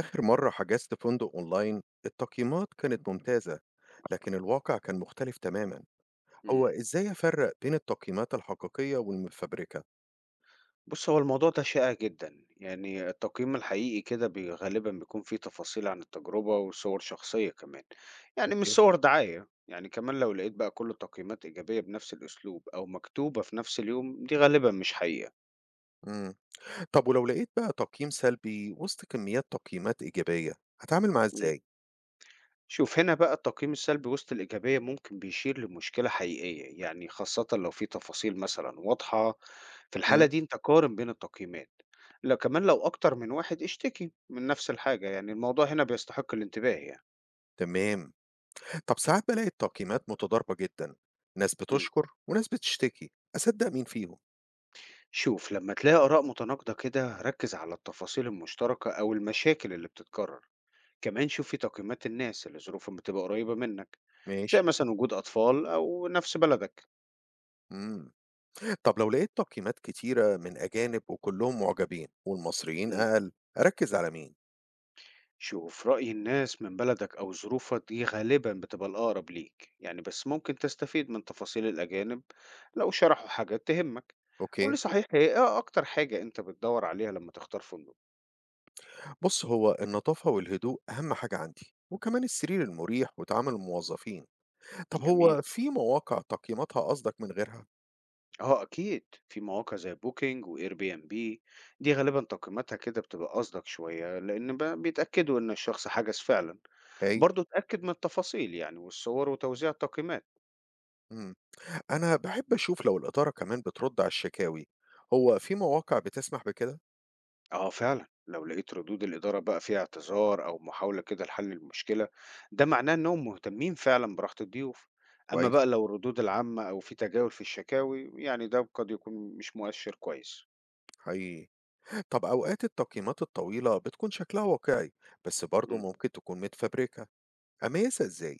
آخر مرة حجزت فندق أونلاين التقييمات كانت ممتازة، لكن الواقع كان مختلف تماما. هو إمم. إزاي أفرق بين التقييمات الحقيقية والمفبركة؟ بُص، هو الموضوع ده شائِع جدًا، يعني التقييم الحقيقي كده غالبًا بيكون فيه تفاصيل عن التجربة وصور شخصية كمان، يعني مش اوكي. صور دعاية، يعني كمان لو لقيت بقى كل التقييمات إيجابية بنفس الأسلوب أو مكتوبة في نفس اليوم، دي غالبًا مش حقيقة. مم. طب ولو لقيت بقى تقييم سلبي وسط كميات تقييمات إيجابية، هتعامل معاه إمم. إزاي؟ شوف هنا بقى التقييم السلبي وسط الإيجابية ممكن بيشير لمشكلة حقيقية يعني خاصة لو في تفاصيل مثلا واضحة، في الحالة مم. دي أنت قارن بين التقييمات، لا كمان لو أكتر من واحد اشتكي من نفس الحاجة يعني الموضوع هنا بيستحق الانتباه يعني. تمام. طب ساعات بلاقي التقييمات متضاربة جدا، ناس مم. بتشكر وناس بتشتكي، أصدق مين فيهم؟ شوف لما تلاقي آراء متناقضة كده ركز على التفاصيل المشتركة أو المشاكل اللي بتتكرر، كمان شوف في تقييمات الناس اللي ظروفهم بتبقى قريبة منك، زي ماشي. مثلا وجود أطفال أو نفس بلدك. مم. طب لو لقيت تقييمات كتيرة من أجانب وكلهم معجبين والمصريين مم. أقل، أركز على مين؟ شوف رأي الناس من بلدك أو ظروفك دي غالبا بتبقى الأقرب ليك يعني، بس ممكن تستفيد من تفاصيل الأجانب لو شرحوا حاجات تهمك. أوكي. قولي صحيح، هي إيه أكتر حاجة أنت بتدور عليها لما تختار فندق؟ بص، هو النظافة والهدوء أهم حاجة عندي، وكمان السرير المريح وتعامل الموظفين. طب جميل. هو في مواقع تقييماتها قصدك من غيرها؟ أه أكيد في مواقع زي بوكينج وإير بي إم بي، دي غالبا تقييماتها كده بتبقى أصدق شوية لأن بيتأكدوا إن الشخص حجز فعلا. هاي. برضه اتأكد من التفاصيل يعني، والصور وتوزيع التقييمات. مم. أنا بحب أشوف لو الإدارة كمان بترد على الشكاوي، هو في مواقع بتسمح بكده؟ آه فعلا، لو لقيت ردود الإدارة بقى فيها اعتذار أو محاولة كده لحل المشكلة، ده معناه إنهم مهتمين فعلا براحة الضيوف. أما كويس. بقى لو الردود العامة أو في تجاهل في الشكاوي يعني، ده قد يكون مش مؤشر كويس. حقيقي. طب أوقات التقييمات الطويلة بتكون شكلها واقعي، بس برضه مم. ممكن تكون متفبركة، أميزها إزاي؟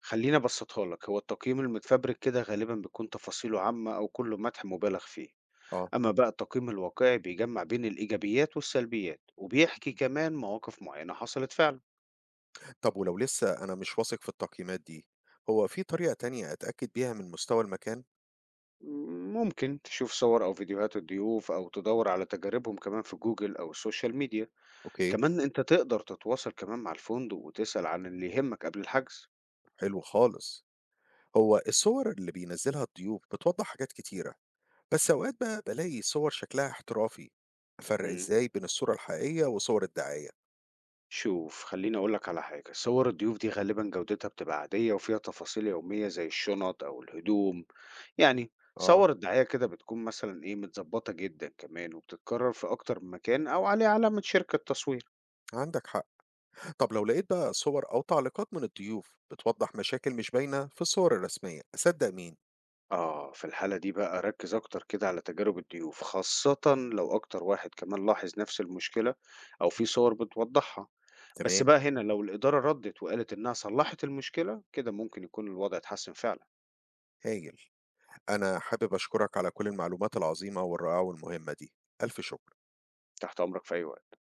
خليني أبسطها لك، هو التقييم المتفبرك كده غالبا بيكون تفاصيله عامة أو كله مدح مبالغ فيه. آه. أما بقى التقييم الواقعي بيجمع بين الإيجابيات والسلبيات، وبيحكي كمان مواقف معينة حصلت فعلا. طب ولو لسه أنا مش واثق في التقييمات دي، هو في طريقة تانية أتأكد بيها من مستوى المكان؟ ممكن تشوف صور أو فيديوهات الضيوف، أو تدور على تجاربهم كمان في جوجل أو السوشيال ميديا. أوكي. كمان أنت تقدر تتواصل كمان مع الفندق وتسأل عن اللي يهمك قبل الحجز. حلو خالص. هو الصور اللي بينزلها الضيوف بتوضح حاجات كتيرة، بس أوقات بقى بلاقي صور شكلها احترافي، أفرق مم. إزاي بين الصورة الحقيقية وصور الدعاية؟ شوف، خليني أقولك على حاجة، صور الضيوف دي غالبا جودتها بتبقى عادية وفيها تفاصيل يومية زي الشنط أو الهدوم، يعني. آه، صور الدعاية كده بتكون مثلا إيه، متظبطة جدا كمان وبتتكرر في أكتر من مكان أو عليه علامة شركة تصوير. عندك حق. طب لو لقيت بقى صور أو تعليقات من الضيوف بتوضح مشاكل مش باينة في الصور الرسمية، أصدق مين؟ آه، في الحالة دي بقى ركّز أكتر كده على تجارب الضيوف، خاصةً لو أكتر واحد كمان لاحظ نفس المشكلة، أو في صور بتوضحها. بس تمام. بقى هنا لو الإدارة ردِّت وقالت إنها صلّحت المشكلة، كده ممكن يكون الوضع اتحسن فعلًا. هايل. أنا حابب أشكرك على كل المعلومات العظيمة والرائعة والمهمة دي. ألف شكر. تحت أمرك في أي وقت.